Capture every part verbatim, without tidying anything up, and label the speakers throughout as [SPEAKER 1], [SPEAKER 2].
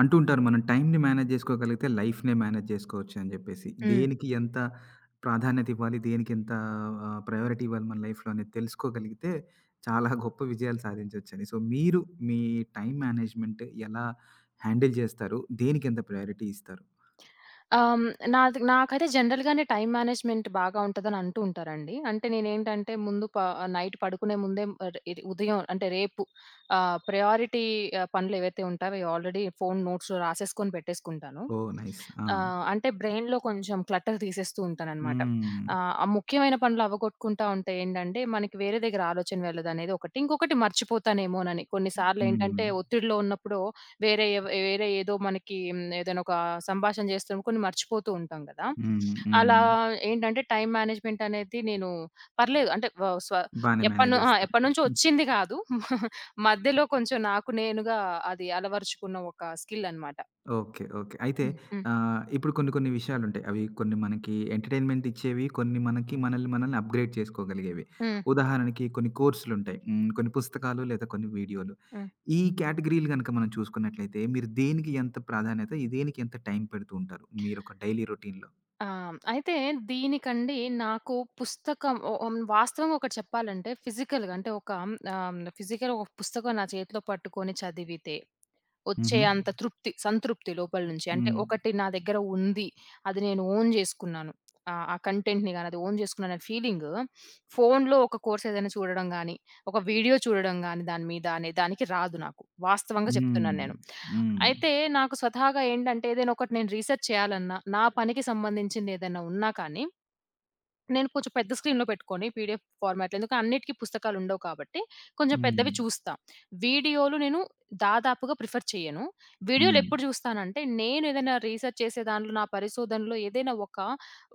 [SPEAKER 1] అంటూ ఉంటారు. మనం టైమ్‌ని మేనేజ్ జేసుకోగలిగితే లైఫ్‌నే మేనేజ్ జేసుకోవచ్చు అని జెప్పేసి.
[SPEAKER 2] హ్మ్.
[SPEAKER 1] దేనికి ఎంత ప్రాధాన్యత ఇవ్వాలి, దేనికి ఎంత ఆహ్, ప్రయారిటీ ఇవ్వాలి మన లైఫ్‌లో అనేది తెలుసుకోగలిగితే చాలా గొప్ప విజయాలు సాధించొచ్చని. సో, మీరు మీ టైమ్ మేనేజ్‌మెంట్ ఎలా హ్యాండిల్ జేస్తారు? దేనికి ఎంత ప్రయారిటీ ఇస్తారు?
[SPEAKER 2] ఆహ్, హ్మ్. నాది నాకైతే జనరల్‌గానే టైమ్ మేనేజ్‌మెంట్ బాగా ఉంటదని అంటూ ఉంటారండి. అంటే నేనేంటంటే ముందు ప నైట్ పడుకునే ముందే, ఆహ్, ఇది ఉదయం అంటే రేపు ఆహ్, ప్రయారిటీ, ఆహ్, పనులేవైతే ఉంటాయో అవి ఆల్రెడీ ఫోను నోట్స్‌లో రాసేసుకొని పెట్టేసుకుంటాను.
[SPEAKER 1] ఓహ్! నైస్. ఆ!
[SPEAKER 2] ఆహ్, అంటే బ్రెయిన్‌లో కొంచెం క్లటర్ తీసేస్తూ ఉంటాననమాట.
[SPEAKER 1] హ్మ్.
[SPEAKER 2] ఆహ్, ఆ ముఖ్యమైన పనులు అవ్వగొట్టుకుంటా ఉంటే ఏంటంటే మనకి వేరే దగ్గర ఆలోచన వెళ్ళదనేది ఒకటి. ఇంకొకటి మర్చిపోతానేమోనని.
[SPEAKER 1] హ్మ్.
[SPEAKER 2] కొన్నిసార్లేంటంటే ఒత్తిడిలో ఉన్నప్పుడు వేరే ఎవ వేరే ఏదో మనకి హ్మ్, ఏదైనా ఒక సంభాషణ చేస్తున్నప్పుడు కొన్ని మర్చిపోతూ ఉంటాం గదా!
[SPEAKER 1] హ్మ్.
[SPEAKER 2] అలా
[SPEAKER 1] హ్మ్.
[SPEAKER 2] ఏంటంటే టైమ్ మేనేజ్‌మెంట్ అనేది నేను పర్లేదు. అంటే వ స్వ
[SPEAKER 1] బానే మేనేజ్
[SPEAKER 2] ఎప్పను ఆ!
[SPEAKER 1] జేస్తారు.
[SPEAKER 2] ఎప్పటినుంచో వచ్చింది కాదు. మధ్యలో కొంచెం నాకు నేనుగా అది అలవరుచుకున్న ఒక స్కిల్ అన్నమాట.
[SPEAKER 1] ఓకే. ఓకే. అయితే
[SPEAKER 2] హ్మ్. హ్మ్.
[SPEAKER 1] ఆహ్, ఇప్పుడు కొన్ని కొన్ని విషయాలుంటాయి. అవి కొన్ని మనకి ఎంటర్‌టైన్‌మెంట్ ఇచ్చేవి. కొన్ని మనకి మనల్ని మనల్ని అప్‌గ్రేడ్ చేసుకోగలిగేవి.
[SPEAKER 2] హ్మ్.
[SPEAKER 1] ఉదాహరణకి కొన్ని కోర్సులుంటాయి. హ్మ్. కొన్ని పుస్తకాలు లేదా కొన్ని వీడియోలు.
[SPEAKER 2] హ్మ్.
[SPEAKER 1] ఈ కేటగిరీలు గనక మనం చూసుకున్నట్లయితే మీరు దేనికి ఎంత ప్రాధాన్యత, ఈ దేనికి ఎంత టైం పెడుతూ ఉంటారు? మీరొక డైలీ రొటీన్‌లో?
[SPEAKER 2] ఆ! అయితే దీనికండి, నాకు పుస్తకం ఒ ఓం వాస్తవంగా ఒకటి చెప్పాలంటే, ఫిజికల్‌గా అంటే ఒక ఆహ్, ఫిజికల్‌గా ఒక పుస్తకం నా చేతిలో పట్టుకొని చదివితే వచ్చే
[SPEAKER 1] హుహు.
[SPEAKER 2] అంత తృప్తి, సంతృప్తి లోపల నుంచి. అంటే
[SPEAKER 1] హ్మ్.
[SPEAKER 2] ఒకటి నా దగ్గర ఉంది. అది నేను ఓన్ జేసుకున్నాను. ఆహ్, ఆ కంటెంట్‌ని గాని అది ఓన్ జేసుకున్నాను అనే ఫీలింగు ఫోనులో ఒక కోర్స్ ఏదైనా చూడడం గాని, ఒక వీడియో చూడడం గాని దాని మీద అనే దానికి రాదు నాకు. వాస్తవంగా చెప్తున్నాను
[SPEAKER 1] హ్మ్.
[SPEAKER 2] నేను.
[SPEAKER 1] హ్మ్.
[SPEAKER 2] అయితే నాకు స్వతహాగా ఏంటంటే ఏదైనా ఒకటి నేను రీసెర్చ్ చేయాలన్నా, నా పనికి సంబంధించింది ఏదైనా ఉన్నా కానీ నేను కొంచెం పెద్ద స్క్రీన్‌లో పెట్టుకొని పీడీఎఫ్ ఫార్మాట్‌లో, ఎందుకంటే అన్నిటికి పుస్తకాలు ఉండవు కాబట్టి, కొంచెం పెద్దవి
[SPEAKER 1] హ్మ్.
[SPEAKER 2] చూస్తా. వీడియోలు నేను దాదాపుగా ప్రిఫర్ చేయను. వీడియోలు
[SPEAKER 1] హ్మ్.
[SPEAKER 2] ఎప్పుడు చూస్తానంటే, నేను ఏదైనా రీసెర్చ్ చేసే దాంట్లో, నా పరిశోధనలో ఏదైనా ఒక,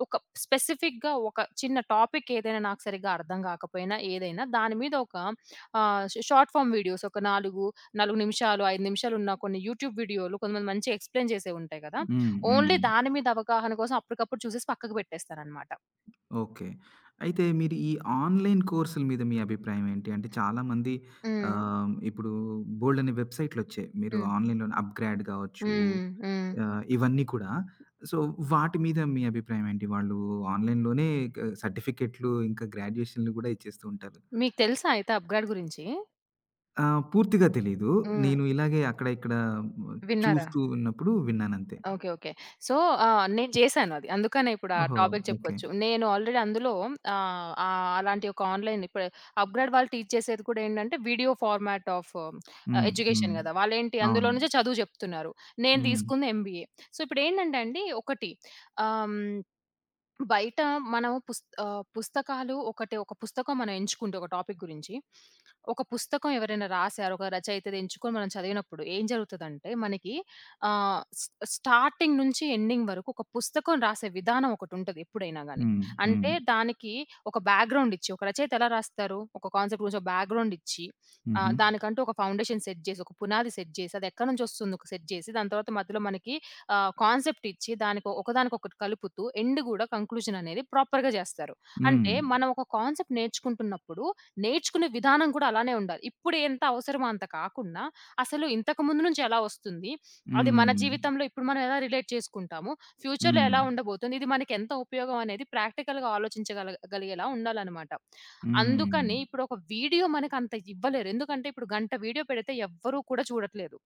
[SPEAKER 2] ఒక స్పెసిఫిక్‌గా ఒక చిన్న టాపిక్ ఏదైనా నాకు సరిగ్గా అర్థం కాకపోయినా ఏదైనా దాని మీద ఒక ఆహ్, షా షార్ట్ ఫార్మ్ వీడియోస్, ఒక నాలుగు, నాలుగు నిమిషాలు, ఐదు నిమిషాలు ఉన్న కొన్ని యూట్యూబ్ వీడియోలు కొంతమంది మంచిగా ఎక్స్‌ప్లెయిన్ చేసేవి ఉంటాయి కదా!
[SPEAKER 1] హ్మ్. హ్మ్.
[SPEAKER 2] ఓన్లీ దాని మీద అవగాహన కోసం అప్పటికప్పుడు చూసేసి పక్కకు పెట్టేస్తాననమాట.
[SPEAKER 1] ఓకే. అయితే మీరు ఈ ఆన్‌లైన్ కోర్సుల మీద మీ అభిప్రాయం ఏంటి? అంటే చాలామంది
[SPEAKER 2] హ్మ్.
[SPEAKER 1] ఆహ్, ఇప్పుడు బోలెడన్ని వెబ్‌సైట్‌లొచ్చాయి. మీరు
[SPEAKER 2] హ్మ్.
[SPEAKER 1] ఆన్‌లైన్‌లోనే అప్‌గ్రేడ్ గావచ్చు,
[SPEAKER 2] హ్మ్. హ్మ్.
[SPEAKER 1] ఆహ్, ఇవన్నీ కూడా. సో, వాటి మీద మీ అభిప్రాయం ఏంటి? వాళ్ళు ఆన్‌లైన్‌లోనే క సర్టిఫికేట్‌లు, ఇంకా గ్రాడ్యుయేషన్‌లు గూడా ఇచ్చేస్తూ ఉంటారు.
[SPEAKER 2] మీకు తెలుసా అయితే అప్‌గ్రేడ్ గురించి?
[SPEAKER 1] ఆహ్, పూర్తిగా తెలీదు.
[SPEAKER 2] హ్మ్.
[SPEAKER 1] నేను ఇలాగే అక్కడ, ఇక్కడ హ్మ్,
[SPEAKER 2] విన్నారా?
[SPEAKER 1] చూస్తూ ఉన్నప్పుడు విన్నానంతే.
[SPEAKER 2] ఓకే. ఓకే. సో, ఆహ్, నేను చేశాను అది. అందుకనే ఇప్పుడు ఆ
[SPEAKER 1] ఓహో!
[SPEAKER 2] Topic
[SPEAKER 1] okay.
[SPEAKER 2] చెప్పొచ్చు. నేను ఆల్రెడీ అందులో, ఆహ్, ఆహ్, అలాంటి ఒక ఆన్‌లైన్, ఇప్పుడు అప్‌గ్రేడ్ వాళ్ళు టీచ్ చేసేది కూడా ఏంటంటే వీడియో ఫార్మాట్ ఆఫ్
[SPEAKER 1] హ్మ్. హ్మ్.
[SPEAKER 2] ఎడ్యుకేషన్ కదా! వాళ్ళేంటి అందులో
[SPEAKER 1] అవును.
[SPEAKER 2] నుంచే చదువు చెప్తున్నారు. నేను
[SPEAKER 1] హ్మ్.
[SPEAKER 2] తీసుకుంది ఎంబీఏ. సో, ఇప్పుడేంటంటే అండి ఒకటి, ఆహ్, హ్మ్ బయట మనం పుస్ ఆహ్, పుస్తకాలు ఒకటి ఒక పుస్తకం మనం ఎంచుకుంటే ఒక టాపిక్ గురించి, ఒక పుస్తకం ఎవరైనా రాసారు, ఒక రచయితది ఎంచుకొని మనం చదివినప్పుడు ఏం జరుగుతదంటే మనకి ఆహ్, స్ స్టార్టింగ్ నుంచి ఎండింగ్ వరకు ఒక పుస్తకం రాసే విధానం ఒకటుంటది ఎప్పుడైనా గాని.
[SPEAKER 1] హ్మ్. హ్మ్.
[SPEAKER 2] అంటే దానికి ఒక బ్యాక్‌గ్రౌండ్ ఇచ్చి, ఒక రచయిత ఎలా రాస్తారు? ఒక కాన్సెప్ట్ గురించి ఒక బ్యాక్‌గ్రౌండ్ ఇచ్చి,
[SPEAKER 1] హుహు.
[SPEAKER 2] ఆహ్, దానికంటూ ఒక ఫౌండేషన్ సెట్ జేసి, ఒక పునాది సెట్ జేసి, అది ఎక్కడి నుంచొస్తుందో సెట్ జేసి, దాని తర్వాత మధ్యలో మనకి ఆహ్, కాన్సెప్ట్ ఇచ్చి దానికి ఒకదానికొకటి కలుపుతూ ఎండ్ గూడా కంక్లూజన్ అనేది ప్రాపర్‌గా జేస్తారు.
[SPEAKER 1] హ్మ్.
[SPEAKER 2] అంటే మనం ఒక కాన్సెప్ట్ నేర్చుకుంటున్నప్పుడు, నేర్చుకునే విధానం కూడా అలానే ఉండాలి. ఇప్పుడు ఎంత అవసరమో అంత కాకుండా, అసలు ఇంతకు ముందు నుంచి ఎలా వస్తుంది? అది మన
[SPEAKER 1] హ్మ్.
[SPEAKER 2] జీవితంలో ఇప్పుడు మనం ఎలా రిలేట్ చేసుకుంటాము? ఫ్యూచర్‌లో
[SPEAKER 1] హ్మ్.
[SPEAKER 2] ఎలా ఉండబోతుంది? ఇది మనకి ఎంత ఉపయోగం అనేది ప్రాక్టికల్‌గా ఆలోచించగల గలిగేలా ఉండాలనమాట.
[SPEAKER 1] హ్మ్.
[SPEAKER 2] అందుకని ఇప్పుడు ఒక వీడియో మనకంత ఇవ్వలేరు. ఎందుకంటే ఇప్పుడు గంట వీడియో పెడితే ఎవ్వరూ కూడా చూడట్లేదు.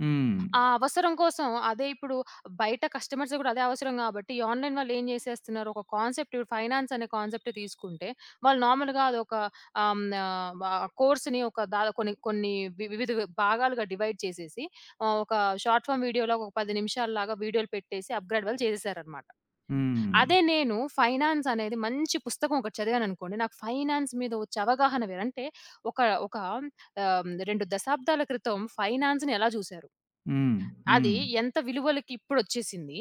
[SPEAKER 1] హ్మ్.
[SPEAKER 2] ఆ అవసరం కోసం, అదే ఇప్పుడు బయట కస్టమర్స్ కూడా అదే అవసరం కాబట్టి, ఈ ఆన్‌లైన్ వాళ్ళు ఏం చేసేస్తున్నారు, ఒక కాన్సెప్ట్, ఇప్పుడు ఫైనాన్స్ అనే కాన్సెప్ట్ తీసుకుంటే, వాళ్ళు నార్మల్‌గా అదొక ఆహ్, హ్మ్. ఆహ్, వ కోర్స్‌ని ఒక దా కొన్ని కొన్ని వి వివిధ భాగాలుగా డివైడ్ చేసేసి, ఆహ్, ఒక షార్ట్ ఫార్మ్ వీడియోలాగా ఒక పది నిమిషాల్లాగా వీడియోలు పెట్టేసి అప్‌గ్రేడ్ వాళ్ళు చేసేసారనమాట.
[SPEAKER 1] హ్మ్.
[SPEAKER 2] అదే నేను ఫైనాన్స్ అనేది మంచి పుస్తకం ఒకటి చదివాననుకోండి, నాకు ఫైనాన్స్ మీద వచ్చే అవగాహన వేరు. అంటే ఒక ఒక ఆహ్, రెండు దశాబ్దాల క్రితం ఫైనాన్స్‌ని ఎలా చూసారో,
[SPEAKER 1] హ్మ్.
[SPEAKER 2] అది
[SPEAKER 1] హ్మ్.
[SPEAKER 2] ఎంత విలువలకి ఇప్పుడొచ్చేసింది.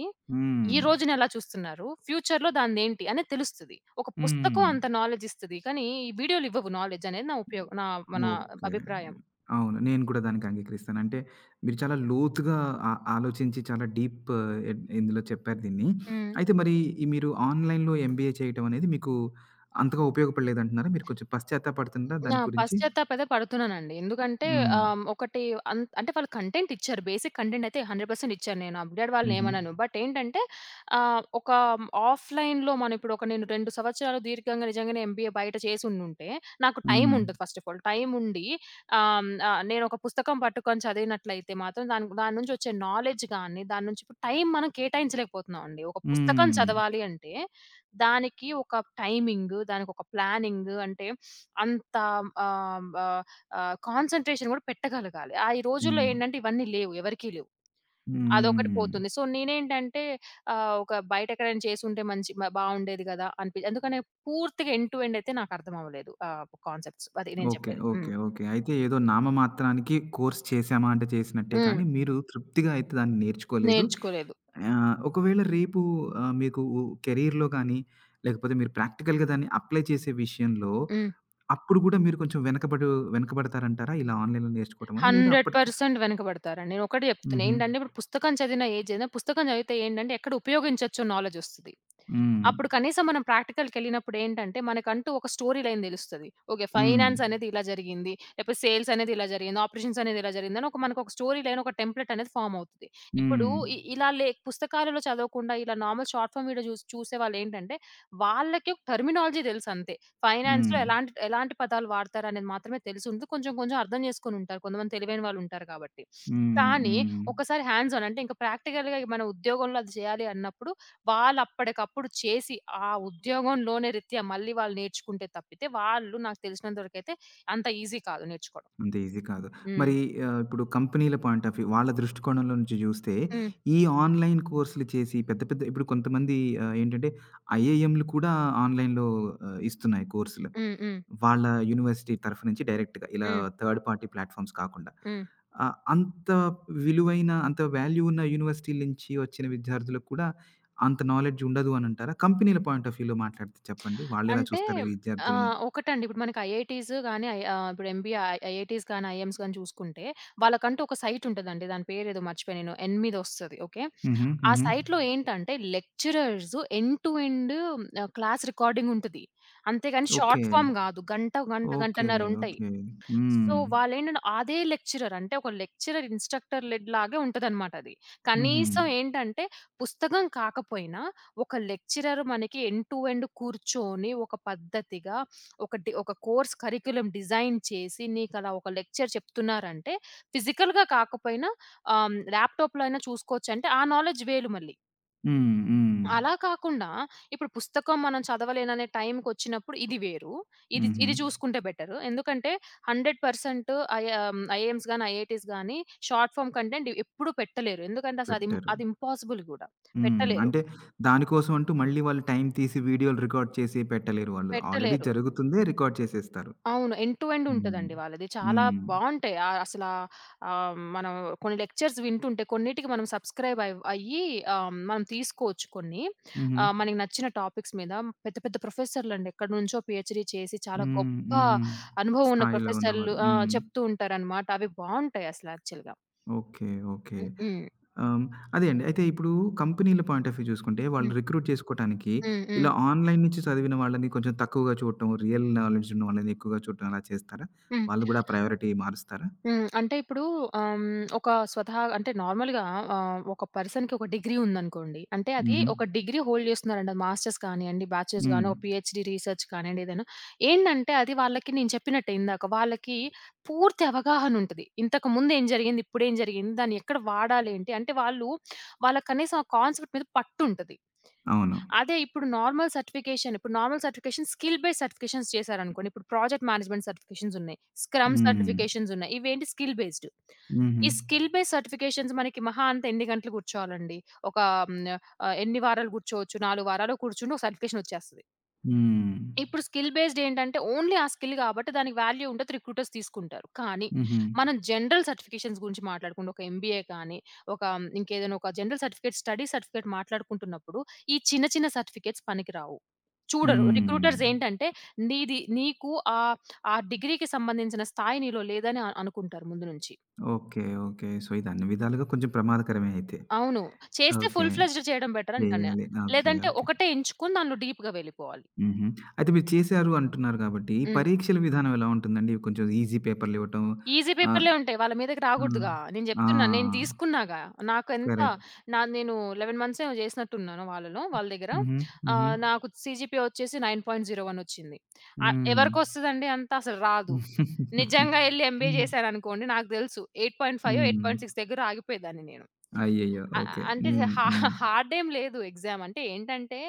[SPEAKER 2] ఈ
[SPEAKER 1] హ్మ్.
[SPEAKER 2] రోజునెలా చూస్తున్నారు? ఫ్యూచర్‌లో దానిదేంటి అనేది తెలుస్తది. ఒక పుస్తకం
[SPEAKER 1] హ్మ్.
[SPEAKER 2] అంత నాలెడ్జ్ ఇస్తది. కానీ, ఈ వీడియోలివ్వవు నాలెడ్జ్ అనేది. నా ఉపయోగం నా మన
[SPEAKER 1] ఓకే.
[SPEAKER 2] అభిప్రాయం.
[SPEAKER 1] అవును. నేను కూడా దానికి అంగీకరిస్తాను. అంటే మీరు చాలా లోతుగా ఆ ఆలోచించి చాలా డీప్ ఇ ఇందులో చెప్పారు దీన్ని.
[SPEAKER 2] హ్మ్.
[SPEAKER 1] అయితే మరి ఈ మీరు ఆన్‌లైన్‌లో ఎంబీఏ చేయటం అనేది మీకు అంతగా ఉపయోగపడలేదంటున్నారా? మీరు కొంచెం పశ్చాత్తాపడుతున్నారా
[SPEAKER 2] ఆ!
[SPEAKER 1] దాని గురించి?
[SPEAKER 2] పశ్చాత్తాపతే పడుతున్నానండి. ఎందుకంటే
[SPEAKER 1] హ్మ్.
[SPEAKER 2] ఆహ్, ఒకటి, అన్ అంటే వాళ్ళు కంటెంట్ ఇచ్చారు. బేసిక్ కంటెంట్ అయితే నూరు శాతం ఇచ్చారు. నేను అప్‌గ్రేడ్ వాళ్ళని
[SPEAKER 1] హుహు.
[SPEAKER 2] ఏమనను. బట్ ఏంటంటే ఆహ్, ఒక ఆఫ్‌లైన్‌లో మనం ఇప్పుడు, ఒక నేను రెండు సంవత్సరాలు దీర్ఘంగా నిజంగానే ఎంబీఏ బయట చేసుండుంటే, నాకు టైం
[SPEAKER 1] హ్మ్.
[SPEAKER 2] ఉండదు ఫస్ట్ ఆఫ్ ఆల్. టైం ఉండి ఆహ్, ఆహ్, నేను ఒక పుస్తకం పట్టుకొని చదివినట్లయితే మాత్రం దాని దాని నుంచి వచ్చే నాలెడ్జ్ గాని, దాని నుంచి ఇప్పుడు టైం మనం కేటాయించలేకపోతున్నామండి. ఒక పుస్తకం
[SPEAKER 1] హ్మ్.
[SPEAKER 2] చదవాలి అంటే దానికి ఒక టైమింగ్, దానికొక ప్లానింగ్, అంటే అంత ఆహ్, ఆహ్, ఆహ్, కాన్సంట్రేషన్ గూడా పెట్టగలగాలి. ఆ ఈ రోజుల్లో
[SPEAKER 1] హ్మ్.
[SPEAKER 2] ఏంటంటే ఇవన్నీ లేవు. ఎవరికీ లేవు. అదొకటి
[SPEAKER 1] హ్మ్.
[SPEAKER 2] పోతుంది. సో, నేనేంటంటే ఆహ్, ఒక బయట ఎక్కడైనా చేసుంటే మంచి మ బావుండేది గదా! అనిపి ఎందుకని పూర్తిగా ఎండ్ టు ఎండ్ అయితే నాకర్థం అవ్వలేదు, ఆ కాన్సెప్ట్స్. అది నేను
[SPEAKER 1] ఓకే.
[SPEAKER 2] చెప్పేది.
[SPEAKER 1] ఓకే.
[SPEAKER 2] హ్మ్.
[SPEAKER 1] ఓకే. అయితే ఏదో నామమాత్రానికి కోర్స్ చేశామా అంటే చేసినట్టే
[SPEAKER 2] హ్మ్.
[SPEAKER 1] కానీ, మీరు తృప్తిగా అయితే దాన్ని నేర్చుకోలేదు.
[SPEAKER 2] నేర్చుకోలేదు.
[SPEAKER 1] ఆహ్, ఒకవేళ రేపు ఆహ్, మీకు కెరియర్‌లో కానీ, లేకపోతే మీరు ప్రాక్టికల్‌గా దాన్ని అప్లై చేసే విషయంలో,
[SPEAKER 2] హ్మ్.
[SPEAKER 1] అప్పుడు గూడా మీరు కొంచెం వెనకబడు వెనకబడతారంటారా? ఇలా ఆన్‌లైన్‌లో నేర్చుకోవడం వల్ల? లేదా అప్పటికి
[SPEAKER 2] నూరు శాతం వెనకబడతారండి. నేనొకటి జెప్తున్నా
[SPEAKER 1] హుహు.
[SPEAKER 2] ఏంటంటే ఇప్పుడు పుస్తకం చదివిన ఏజ్ అయినా, పుస్తకం చదివితే ఏంటంటే ఎక్కడ ఉపయోగించొచ్చో నాలెడ్జ్ ఒస్తది.
[SPEAKER 1] హ్మ్.
[SPEAKER 2] అప్పుడు కనీసం మనం ప్రాక్టికల్‌కెళ్ళినప్పుడు ఏంటంటే, మనకంటూ ఒక స్టోరీ లైన్ తెలుస్తది. ఓకే.
[SPEAKER 1] హ్మ్.
[SPEAKER 2] ఫైనాన్స్ అనేది ఇలా జరిగింది. లేకపోతే సేల్స్ అనేది ఇలా జరిగింది. ఆపరేషన్స్ అనేది ఇలా జరిగింది అని, ఒక మనకొక స్టోరీ లైన్, ఒక టెంప్లెట్ అనేది ఫార్మ్ అవుతది. ఇప్పుడు
[SPEAKER 1] హ్మ్.
[SPEAKER 2] ఇ ఇలా లే పుస్తకాలలో చదవకుండా ఇలా నార్మల్ షార్ట్ ఫార్మ్ వీడియో చూసి చూసేవాళ్ళేంటంటే, వాళ్ళకి టెర్మినాలజీ తెలుసంతే. ఫైనాన్స్‌లో
[SPEAKER 1] హ్మ్.
[SPEAKER 2] ఎలాంటి ఎలాంటి పదాలు వాడతారనేది మాత్రమే తెలిసుంటది. కొంచెం కొంచెం అర్థం చేసుకొనుంటారు. కొంతమంది తెలివైన వాళ్ళుంటారు కాబట్టి.
[SPEAKER 1] హ్మ్.
[SPEAKER 2] కానీ,
[SPEAKER 1] హ్మ్.
[SPEAKER 2] ఒకసారి హ్యాండ్స్ ఆన్ అంటే ఇంక ప్రాక్టికల్‌గా మన ఉద్యోగంలో అది చేయాలి అన్నప్పుడు, వాళ్ళప్పటికప్పుడు చేసి, ఆ ఉద్యోగంలోనే రీత్యా మళ్ళీ వాళ్ళు నేర్చుకుంటే తప్పితే, వాళ్ళు నాకు తెలిసినంత వరకైతే అంత ఈజీ కాదు నేర్చుకోవడం.
[SPEAKER 1] అంత ఈజీ కాదు.
[SPEAKER 2] హ్మ్.
[SPEAKER 1] మరి ఆహ్, ఇప్పుడు కంపెనీల పాయింట్ ఆఫ్ వ్యూ వాళ్ళ దృష్టికోణంలో నుంచి జూస్తే,
[SPEAKER 2] హ్మ్.
[SPEAKER 1] ఈ ఆన్‌లైన్ కోర్సులు చేసి పెద్ద పెద్ద ఇప్పుడు కొంతమంది ఆహ్, ఏంటంటే ఐఐఎంలు కూడా ఆన్‌లైన్‌లో ఆహ్, ఇస్తున్నాయి కోర్సులు.
[SPEAKER 2] హ్మ్. హ్మ్.
[SPEAKER 1] వాళ్ళ యూనివర్సిటీ తరఫు నుంచి డైరెక్ట్‌గా ఇలా
[SPEAKER 2] హ్మ్.
[SPEAKER 1] థర్డ్ పార్టీ ప్లాట్‌ఫార్మ్స్ కాకుండా.
[SPEAKER 2] హ్మ్.
[SPEAKER 1] ఆహ్, అంత విలువైన, అంత వాల్యూ ఉన్న యూనివర్సిటీల నుంచి వచ్చిన విద్యార్థులకు కూడా అంత నాలెడ్జ్ ఉండదు అనంటారా? కంపెనీల పాయింట్ ఆఫ్ వ్యూలో మాట్లాడితే చెప్పండి. వాళ్ళెలా
[SPEAKER 2] అంటే
[SPEAKER 1] చూస్తారు ఈ విద్యార్థుల్ని?
[SPEAKER 2] ఆహ్, ఒకటండి, ఇప్పుడు మనకి ఐఐటీస్ గాని, ఐ ఆహ్, ఇప్పుడు ఎంబీఏ ఐ ఐఐటీస్ గాని, ఐఐఎమ్స్ గాని చూసుకుంటే, వాళ్ళకంటూ ఒక సైట్ ఉంటదండి. దాని పేరేదో మర్చిపోయా నేను. ఎనిమిది ఒస్తది. ఓకే.
[SPEAKER 1] హుహు.
[SPEAKER 2] ఆ
[SPEAKER 1] హుహు.
[SPEAKER 2] సైట్‌లో ఏంటంటే lecturers end to end ah, class recording ఉంటది. అంతేగాని
[SPEAKER 1] ఓకే.
[SPEAKER 2] షార్ట్ ఫార్మ్ గాదు. గంట, గంట,
[SPEAKER 1] ఓకే.
[SPEAKER 2] గంటన్నర ఉంటాయి.
[SPEAKER 1] ఓకే.
[SPEAKER 2] సో,
[SPEAKER 1] హ్మ్.
[SPEAKER 2] వాళ్ళేంటంటే అదే లెక్చరర్. అంటే ఒక లెక్చరర్, ఇన్‌స్ట్రక్టర్ లెడ్ లాగే ఉంటదనమాట అది.
[SPEAKER 1] హుహు.
[SPEAKER 2] కనీసం ఏంటంటే, పుస్తకం కాకపోయినా ఒక లెక్చరర్ మనకి ఎండ్ టు ఎండ్ కూర్చొని, ఒక పద్ధతిగా ఒక డి ఒక కోర్స్ కరిక్యులమ్ డిజైన్ చేసి, నీకలా ఒక లెక్చర్ చెప్తున్నారంటే, ఫిజికల్‌గా కాకపోయినా ఆహ్, ల్యాప్‌టాప్‌లో అయినా చూసుకోవచ్చంటే, ఆ నాలెడ్జ్ వేలు మళ్ళీ.
[SPEAKER 1] హ్మ్. హ్మ్.
[SPEAKER 2] అలా కాకుండా ఇప్పుడు పుస్తకం మనం చదవలేననే టైంకొచ్చినప్పుడు ఇది వేరు. ఇది
[SPEAKER 1] హుహు.
[SPEAKER 2] ఇది చూసుకుంటే బెటరు. ఎందుకంటే నూరు శాతం ఐ ఆహ్, ఐఏఎమ్స్ గాని, ఐఐటీస్ గాని షార్ట్ ఫార్మ్ కంటెంట్ ఎప్పుడూ పెట్టలేరు. ఎందుకంటే అసలు అది
[SPEAKER 1] పెట్టారు.
[SPEAKER 2] అది ఇంపాసిబుల్ గూడా.
[SPEAKER 1] హ్మ్.
[SPEAKER 2] పెట్టలేరు.
[SPEAKER 1] అంటే దానికోసం అంటూ మళ్ళీ వాళ్ళు టైం తీసి వీడియోలు రికార్డ్ చేసి పెట్టలేరు వాళ్ళు. ఆల్రెడీ
[SPEAKER 2] పెట్టలేరు.
[SPEAKER 1] జరుగుతుందే రికార్డ్ చేసేస్తారు.
[SPEAKER 2] అవును. ఎండ్ టు ఎండ్
[SPEAKER 1] హ్మ్.
[SPEAKER 2] ఉంటదండి వాళ్ళది. చాలా
[SPEAKER 1] హ్మ్.
[SPEAKER 2] బావుంటాయి. ఆహ్, అసలా ఆహ్, మనం కొన్ని లెక్చర్స్ వింటుంటే కొన్నిటికి మనం సబ్‌స్క్రైబ్ అయ్ అయ్యి, ఆహ్, మనం తీసుకోవచ్చు కొన్ని.
[SPEAKER 1] హుహు.
[SPEAKER 2] ఆహ్, మనకి నచ్చిన టాపిక్స్ మీద పెద్ద పెద్ద ప్రొఫెసర్‌లండి, ఎక్కడి నుంచో పీహెచ్‌డీ చేసి చాలా
[SPEAKER 1] హ్మ్.
[SPEAKER 2] గొప్ప
[SPEAKER 1] హ్మ్.
[SPEAKER 2] అనుభవం ఉన్న
[SPEAKER 1] స్థాయిలో ఉన్నవారు.
[SPEAKER 2] ప్రొఫెసర్‌లు, ఆ!
[SPEAKER 1] హ్మ్.
[SPEAKER 2] చెప్తూ ఉంటారనమాట. అవి బావుంటాయి అసలు యాక్చువల్‌గా.
[SPEAKER 1] ఓకే. ఓకే.
[SPEAKER 2] హ్మ్.
[SPEAKER 1] ఆహ్, అదే అండి. అయితే ఇప్పుడు కంపెనీల పాయింట్ ఆఫ్ వ్యూ చూసుకుంటే, వాళ్ళు
[SPEAKER 2] హ్మ్.
[SPEAKER 1] రిక్రూట్ చేసుకోటానికి
[SPEAKER 2] హ్మ్. హ్మ్.
[SPEAKER 1] ఇలా ఆన్‌లైన్ నుంచి చదివిన వాళ్ళని కొంచెం తక్కువగా చూడటం, రియల్ నాలెడ్జ్ ఉన్న వాళ్ళని ఎక్కువగా చూడటం అలా చేస్తారా?
[SPEAKER 2] హ్మ్.
[SPEAKER 1] వాళ్ళు గూడా ప్రయారిటీ మారుస్తారా?
[SPEAKER 2] హ్మ్. అంటే ఇప్పుడు ఆహ్, హ్మ్, ఒక స్వతహా అంటే నార్మల్‌గా ఆహ్, ఒక పర్సన్‌కి ఒక డిగ్రీ ఉందనుకోండి. అంటే అది
[SPEAKER 1] హుహు.
[SPEAKER 2] ఒక డిగ్రీ హోల్డ్ చేస్తున్నారండి. మాస్టర్స్ కానియండి, బ్యాచిలర్స్
[SPEAKER 1] హ్మ్.
[SPEAKER 2] గాని, ఒక పీహెచ్‌డీ రీసెర్చ్ కానియండి, ఏదైనా. ఏంటంటే అది వాళ్ళకి నేను చెప్పినట్టే ఇందాక, వాళ్ళకి పూర్తి అవగాహన ఉంటది. ఇంతకు ముందు ఏం జరిగింది? ఇప్పుడేం జరిగింది? దాన్ని ఎక్కడ వాడాలి ఏంటి? అంటే వాళ్ళు వాళ్ళకి కనీసం ఆ కాన్సెప్ట్ మీద పట్టుంటది.
[SPEAKER 1] అవును.
[SPEAKER 2] అదే ఇప్పుడు నార్మల్ సర్టిఫికేషన్ ఇప్పుడు normal certification, skill based certifications చేశారనుకోండి. ఇప్పుడు ప్రాజెక్ట్ మేనేజ్‌మెంట్ సర్టిఫికేషన్స్ ఉన్నాయి. స్క్రమ్
[SPEAKER 1] హ్మ్.
[SPEAKER 2] సర్టిఫికేషన్స్ ఉన్నాయి. ఇవేంటి స్కిల్ బేస్డ్.
[SPEAKER 1] హుహు.
[SPEAKER 2] ఈ స్కిల్ బేస్డ్ సర్టిఫికేషన్స్ మనకి మహా అంత ఎన్ని గంటలు కూర్చోవాలండి? ఒక హ్మ్. ఆహ్, ఎన్ని వారాలు కూర్చోవచ్చు? నాలుగు వారాలు కూర్చుంటే ఒక సర్టిఫికేషన్ వచ్చేస్తది.
[SPEAKER 1] హ్మ్.
[SPEAKER 2] ఇప్పుడు స్కిల్ బేస్డ్ ఏంటంటే ఓన్లీ ఆ స్కిల్ కాబట్టి దానికి వాల్యూ ఉంటది. రిక్రూటర్స్ తీసుకుంటారు. కానీ
[SPEAKER 1] హుహు.
[SPEAKER 2] మనం జనరల్ సర్టిఫికేషన్స్ గురించి మాట్లాడుకుంటే ఒక ఎంబీఏ కానీ, ఒక మ్, ఇంకేదైనా ఒక జనరల్ సర్టిఫికేట్, స్టడీ సర్టిఫికేట్ మాట్లాడుకుంటున్నప్పుడు ఈ చిన్న చిన్న సర్టిఫికేట్స్ పనికిరావు. చూడరు.
[SPEAKER 1] హ్మ్.
[SPEAKER 2] రిక్రూటర్స్ ఏంటంటే నీది నీకు ఆహ్, ఆ డిగ్రీకి సంబంధించిన స్థాయి నీలో లేదని అ అనుకుంటారు ముందు నుంచి.
[SPEAKER 1] ఓకే. ఓకే. సో, ఇది అన్ని విధాలుగా కొంచెం ప్రమాదకరమే అయితే.
[SPEAKER 2] అవును. చేస్తే
[SPEAKER 1] ఓకే.
[SPEAKER 2] ఫుల్ ఫ్లెడ్జ్డ్ చేయడం బెటర్ అంటాను నేను.
[SPEAKER 1] చేయాలి. ఓకే.
[SPEAKER 2] లేదంటే
[SPEAKER 1] ఓకే.
[SPEAKER 2] ఒకటే ఎంచుకొని దానిలో డీప్‌గా వెళ్ళిపోవాలి.
[SPEAKER 1] హుహు. అయితే మీరు చేశారు అంటున్నారు గాబట్టి,
[SPEAKER 2] హ్మ్.
[SPEAKER 1] పరీక్షల విధానం ఎలా ఉంటుందండి? ఇవి కొంచెం ఈజీ పేపర్‌లు ఇవ్వటం
[SPEAKER 2] ఈజీ
[SPEAKER 1] ఆహ్,
[SPEAKER 2] పేపర్‌లే ఉంటాయి. వాళ్ళ మీదకి
[SPEAKER 1] హ్మ్.
[SPEAKER 2] రాకూడదుగా. నేను
[SPEAKER 1] ఆ!
[SPEAKER 2] జెప్తున్నా. నేను తీసుకున్నాగా. నాకెంత
[SPEAKER 1] కరెక్ట్.
[SPEAKER 2] నా నేను పదకొండు మంత్స్ ఏమో జేసినట్టున్నాను వాళ్ళలో, వాళ్ళ దగ్గర.
[SPEAKER 1] హుహు. హుహు.
[SPEAKER 2] ఆహ్, నాకు సీజీపీఏ వచ్చేసి తొమ్మిది పాయింట్ సున్నా ఒకటి వచ్చింది. ఆహ్,
[SPEAKER 1] హ్మ్.
[SPEAKER 2] ఎవరికొస్తదండి అంత? అసలు రాదు. నిజంగా ఎళ్లి ఎంబీఏ జేశాననుకోండి నాకు దెలుసు ఎనిమిది పాయింట్ ఐదు
[SPEAKER 1] హ్మ్.
[SPEAKER 2] ఎనిమిది పాయింట్ ఆరు దగ్గర ఆగిపోయేదాన్ని నేను.
[SPEAKER 1] అయ్యయ్యో!
[SPEAKER 2] అ అ
[SPEAKER 1] ఓకే.
[SPEAKER 2] అంటే
[SPEAKER 1] హ్మ్.
[SPEAKER 2] హా
[SPEAKER 1] హ్మ్.
[SPEAKER 2] హార్డ్ ఏం లేదు ఎగ్జామ్. అంటే ఏంటంటే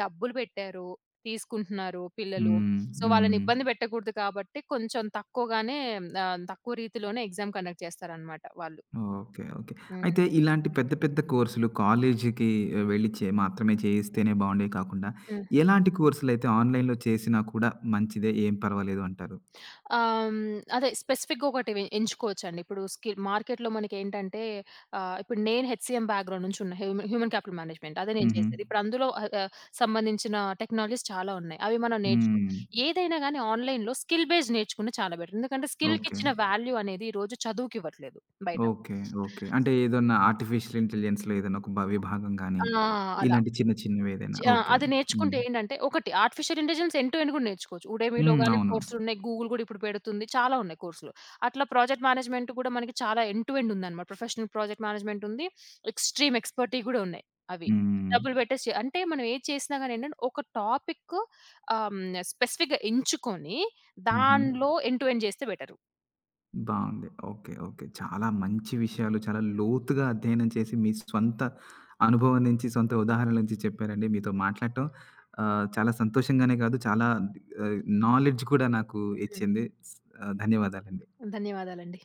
[SPEAKER 2] డబ్బులు పెట్టారు, తీసుకుంటున్నారు పిల్లలు.
[SPEAKER 1] హ్మ్.
[SPEAKER 2] సో, వాళ్ళని
[SPEAKER 1] హ్మ్.
[SPEAKER 2] ఇబ్బంది పెట్టకూడదు కాబట్టి కొంచెం తక్కువగానే, ఆహ్, తక్కువ రీతిలోనే ఎగ్జామ్ కండక్ట్ చేస్తారనమాట వాళ్ళు.
[SPEAKER 1] ఓకే. ఓకే.
[SPEAKER 2] హ్మ్.
[SPEAKER 1] అయితే ఇలాంటి పెద్ద పెద్ద కోర్సులు కాలేజీకి వెళ్ళి చే మాత్రమే చేయిస్తేనే బావుండేవి కాకుండా,
[SPEAKER 2] హ్మ్.
[SPEAKER 1] ఎలాంటి కోర్సులైతే ఆన్‌లైన్‌లో చేసినా కూడా మంచిదే, ఏం పర్వాలేదు అంటారు?
[SPEAKER 2] ఆహ్, హ్మ్. అదే స్పెసిఫిక్‌గా ఒకటి వె ఎంచుకోవచ్చండి. ఇప్పుడు స్కి మార్కెట్‌లో మనకేంటంటే ఆహ్, ఇప్పుడు నేను హెచ్‌సీఎం బ్యాక్‌గ్రౌండ్ నుంచి ఉన్న, హ్యూమ హ్యూమన్ క్యాపిటల్ మేనేజ్‌మెంట్ అదే నేను
[SPEAKER 1] హుహు.
[SPEAKER 2] చేసేది. ఇప్పుడు అందులో ఆహ్, ఆహ్, సంబంధించిన టెక్నాలజీస్ చాలా ఉన్నాయి. అవి మనం నేర్చుకో
[SPEAKER 1] హ్మ్.
[SPEAKER 2] ఏదైనా గాని ఆన్‌లైన్‌లో స్కిల్ బేస్డ్ నేర్చుకున్న చాలా బెటర్. ఎందుకంటే
[SPEAKER 1] ఓకే.
[SPEAKER 2] స్కిల్‌కిచ్చిన వాల్యూ అనేది ఈ రోజు చదువుకివ్వట్లేదు బయట.
[SPEAKER 1] ఓకే. ఓకే. అంటే ఏదన్నా ఆర్టిఫిషియల్ ఇంటెలిజెన్స్‌లో ఏదైనా ఒక బ విభాగం గాని,
[SPEAKER 2] ఆ! అలా.
[SPEAKER 1] ఇలాంటి చిన్న చిన్నవి ఏదైనా.
[SPEAKER 2] ఆ!
[SPEAKER 1] ఓకే.
[SPEAKER 2] అది
[SPEAKER 1] హ్మ్.
[SPEAKER 2] నేర్చుకుంటే ఏంటంటే ఒకటి artificial intelligence end to end గూడా నేర్చుకోవచ్చు. ఉడేమిలో
[SPEAKER 1] హ్మ్.
[SPEAKER 2] గాని
[SPEAKER 1] అవును.
[SPEAKER 2] కోర్సులున్నాయి. గూగుల్ గూడా ఇప్పుడు పెడుతుంది. చాలా ఉన్నాయి కోర్సులు. అట్లా ప్రాజెక్ట్ మేనేజ్‌మెంట్ గూడా మనకి చాలా ఎండ్ టు ఎండ్ ఉందన్నమాట. ప్రొఫెషనల్ ప్రాజెక్ట్ మేనేజ్‌మెంట్ ఉంది. ఎక్స్‌ట్రీమ్ ఎక్స్‌పర్టీ గూడా ఉన్నాయి అవి.
[SPEAKER 1] హ్మ్.
[SPEAKER 2] డబ్బులు పెట్టేసి చే అంటే మనం ఏది చేసినా గాని ఏంటంటే ఒక టాపిక్ ఆహ్, హ్మ్. స్పెసిఫిక్‌గా ఎంచుకొని
[SPEAKER 1] హుహు.
[SPEAKER 2] దానిలో ఎండ్ టు ఎండ్ చేస్తే బెటరు.
[SPEAKER 1] బావుంది. ఓకే. ఓకే. చాలా మంచి విషయాలు చాలా లోతుగా అధ్యయనం చేసి మీ స్వంత అనుభవం నుంచి, సొంత ఉదాహరణల నుంచి చెప్పారండి. మీతో మాట్లాడటం ఆహ్, చాలా సంతోషంగానే కాదు చాలా ఆహ్, నాలెడ్జ్ కూడా నాకు
[SPEAKER 2] హ్మ్.
[SPEAKER 1] ఇచ్చింది. ఆహ్, ధన్యవాదాలండి.
[SPEAKER 2] ధన్యవాదాలండి.